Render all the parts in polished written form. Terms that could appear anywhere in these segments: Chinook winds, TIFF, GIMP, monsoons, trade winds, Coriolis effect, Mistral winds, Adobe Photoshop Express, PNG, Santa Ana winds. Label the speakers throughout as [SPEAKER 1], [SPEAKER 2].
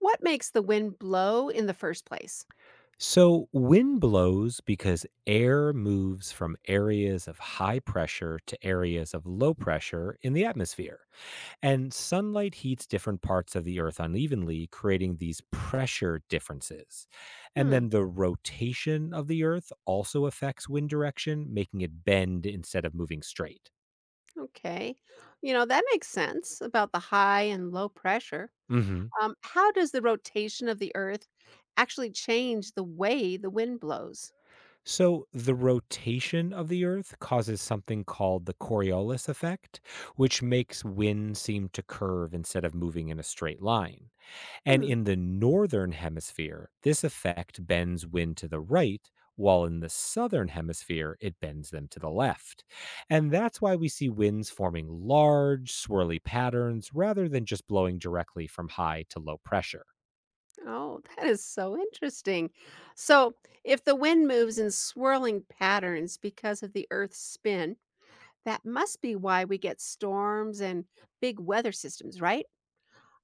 [SPEAKER 1] What makes the wind blow in the first place?
[SPEAKER 2] So, wind blows because air moves from areas of high pressure to areas of low pressure in the atmosphere. And sunlight heats different parts of the Earth unevenly, creating these pressure differences. And
[SPEAKER 1] Hmm,
[SPEAKER 2] then the rotation of the Earth also affects wind direction, making it bend instead of moving straight.
[SPEAKER 1] okay. You know, that makes sense about the high and low pressure.
[SPEAKER 2] Hmm.
[SPEAKER 1] How does the rotation of the earth actually change the way the wind blows?
[SPEAKER 2] So, the rotation of the Earth causes something called the Coriolis effect, which makes wind seem to curve instead of moving in a straight line. And
[SPEAKER 1] Hmm.
[SPEAKER 2] in the northern hemisphere, this effect bends wind to the right, while in the southern hemisphere, it bends them to the left. And that's why we see winds forming large, swirly patterns rather than just blowing directly from high to low pressure.
[SPEAKER 1] Oh, that is so interesting. So, if the wind moves in swirling patterns because of the earth's spin, that must be why we get storms and big weather systems, right?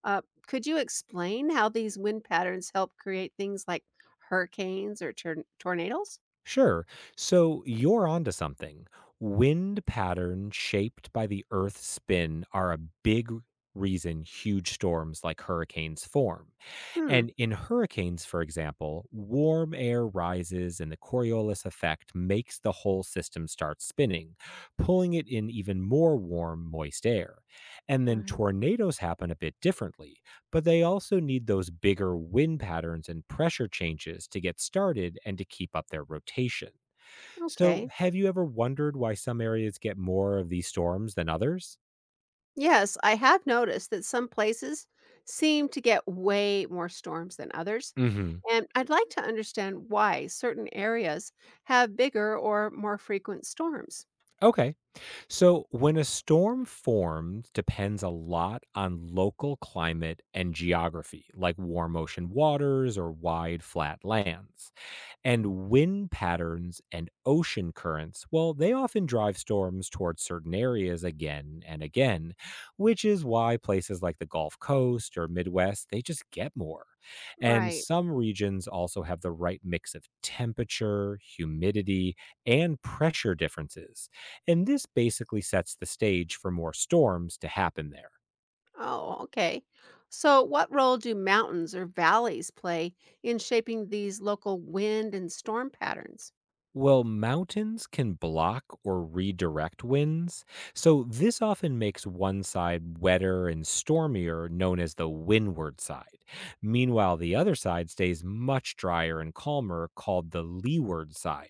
[SPEAKER 1] Uh, could you explain how these wind patterns help create things like hurricanes or tornadoes?
[SPEAKER 2] Sure. So you're onto something. Wind patterns shaped by the Earth's spin are a big reason huge storms like hurricanes form.
[SPEAKER 1] Hmm.
[SPEAKER 2] And in hurricanes, for example, warm air rises and the Coriolis effect makes the whole system start spinning, pulling it in even more warm, moist air. And then
[SPEAKER 1] Right.
[SPEAKER 2] tornadoes happen a bit differently, but they also need those bigger wind patterns and pressure changes to get started and to keep up their rotation. So,
[SPEAKER 1] Okay.
[SPEAKER 2] have you ever wondered why some areas get more of these storms than others?
[SPEAKER 1] Yes, I have noticed that some places seem to get way more storms than others.
[SPEAKER 2] Hmm.
[SPEAKER 1] And I'd like to understand why certain areas have bigger or more frequent storms.
[SPEAKER 2] Okay. So, when a storm forms depends a lot on local climate and geography, like warm ocean waters or wide flat lands. And wind patterns and ocean currents, well, they often drive storms towards certain areas again and again, which is why places like the Gulf Coast or Midwest, they just get more. And
[SPEAKER 1] Right.
[SPEAKER 2] some regions also have the right mix of temperature, humidity, and pressure differences. And this basically sets the stage for more storms to happen there.
[SPEAKER 1] Oh, okay. So, what role do mountains or valleys play in shaping these local wind and storm patterns?
[SPEAKER 2] Well, mountains can block or redirect winds, so this often makes one side wetter and stormier, known as the windward side. Meanwhile, the other side stays much drier and calmer, called the leeward side.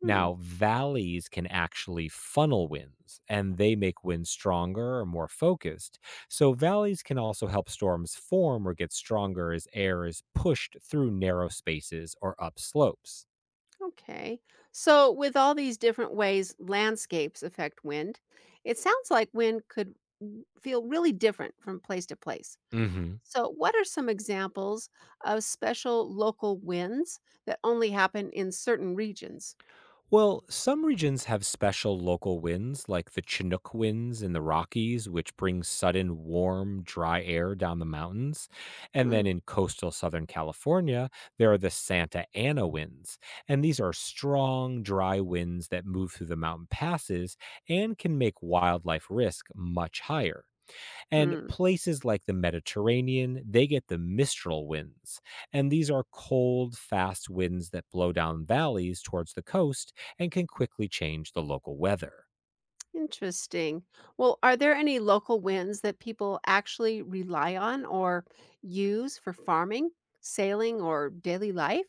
[SPEAKER 1] Hmm.
[SPEAKER 2] Now, valleys can actually funnel winds, and they make winds stronger or more focused. So, valleys can also help storms form or get stronger as air is pushed through narrow spaces or up slopes.
[SPEAKER 1] Okay. So, with all these different ways landscapes affect wind, it sounds like wind could feel really different from place to place.
[SPEAKER 2] Hmm.
[SPEAKER 1] So, what are some examples of special local winds that only happen in certain regions?
[SPEAKER 2] Well, some regions have special local winds, like the Chinook winds in the Rockies, which bring sudden warm, dry air down the mountains. And then in coastal Southern California, there are the Santa Ana winds. And these are strong, dry winds that move through the mountain passes and can make wildlife risk much higher. And
[SPEAKER 1] Hmm.
[SPEAKER 2] places like the Mediterranean, they get the Mistral winds. And these are cold, fast winds that blow down valleys towards the coast and can quickly change the local weather.
[SPEAKER 1] Interesting. Well, are there any local winds that people actually rely on or use for farming, sailing, or daily life?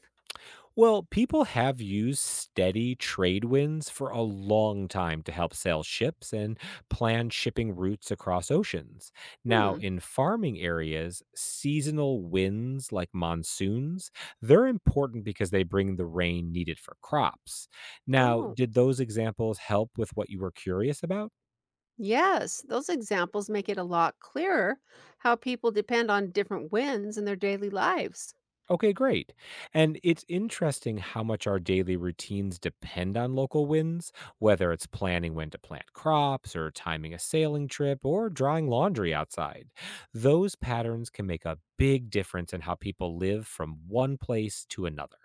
[SPEAKER 2] Well, people have used steady trade winds for a long time to help sail ships and plan shipping routes across oceans. Now,
[SPEAKER 1] Hmm.
[SPEAKER 2] in farming areas, seasonal winds like monsoons, they're important because they bring the rain needed for crops. Now,
[SPEAKER 1] Oh.
[SPEAKER 2] did those examples help with what you were curious about?
[SPEAKER 1] Yes, those examples make it a lot clearer how people depend on different winds in their daily lives.
[SPEAKER 2] Okay, great. And it's interesting how much our daily routines depend on local winds, whether it's planning when to plant crops or timing a sailing trip or drying laundry outside. Those patterns can make a big difference in how people live from one place to another.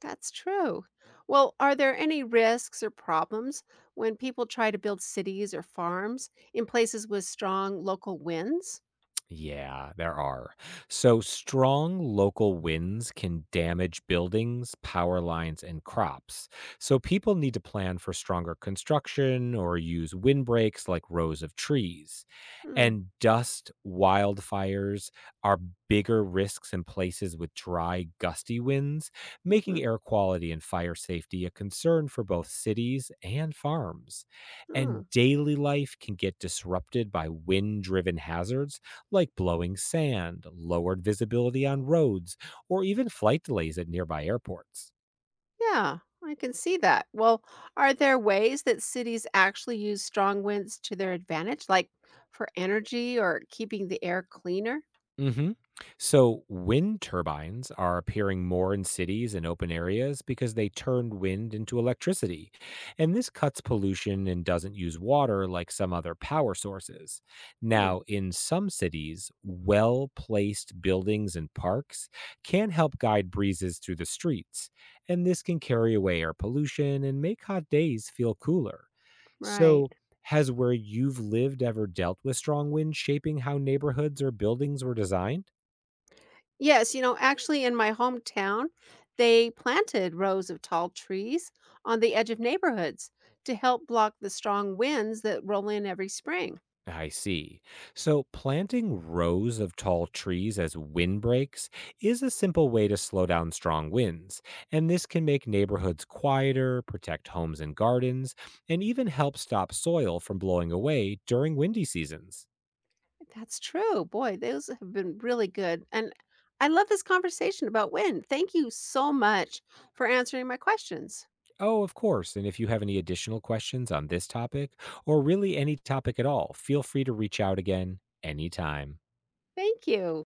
[SPEAKER 1] That's true. Well, are there any risks or problems when people try to build cities or farms in places with strong local winds?
[SPEAKER 2] Yeah, there are. So, strong local winds can damage buildings, power lines, and crops. So, people need to plan for stronger construction or use windbreaks like rows of trees.
[SPEAKER 1] Hmm.
[SPEAKER 2] And dust wildfires are bigger risks in places with dry, gusty winds, making
[SPEAKER 1] Mhm,
[SPEAKER 2] air quality and fire safety a concern for both cities and farms.
[SPEAKER 1] hmm,
[SPEAKER 2] And daily life can get disrupted by wind driven hazards like blowing sand, lowered visibility on roads, or even flight delays at nearby airports.
[SPEAKER 1] yeah, I can see that. Well, are there ways that cities actually use strong winds to their advantage, like for energy or keeping the air cleaner?
[SPEAKER 2] Mhm. So, wind turbines are appearing more in cities and open areas because they turned wind into electricity. And this cuts pollution and doesn't use water like some other power sources.
[SPEAKER 1] Hmm.
[SPEAKER 2] Now, in some cities, well placed buildings and parks can help guide breezes through the streets. And this can carry away air pollution and make hot days feel cooler.
[SPEAKER 1] Right.
[SPEAKER 2] So, has where you've lived ever dealt with strong winds shaping how neighborhoods or buildings were designed?
[SPEAKER 1] Yes, you know, actually in my hometown, they planted rows of tall trees on the edge of neighborhoods to help block the strong winds that roll in every spring.
[SPEAKER 2] I see. So, planting rows of tall trees as windbreaks is a simple way to slow down strong winds, and this can make neighborhoods quieter, protect homes and gardens, and even help stop soil from blowing away during windy seasons.
[SPEAKER 1] That's true. Boy, those have been really good. And I love this conversation about wind. Thank you so much for answering my questions.
[SPEAKER 2] Oh, of course. And if you have any additional questions on this topic, or really any topic at all, feel free to reach out again anytime.
[SPEAKER 1] Thank you.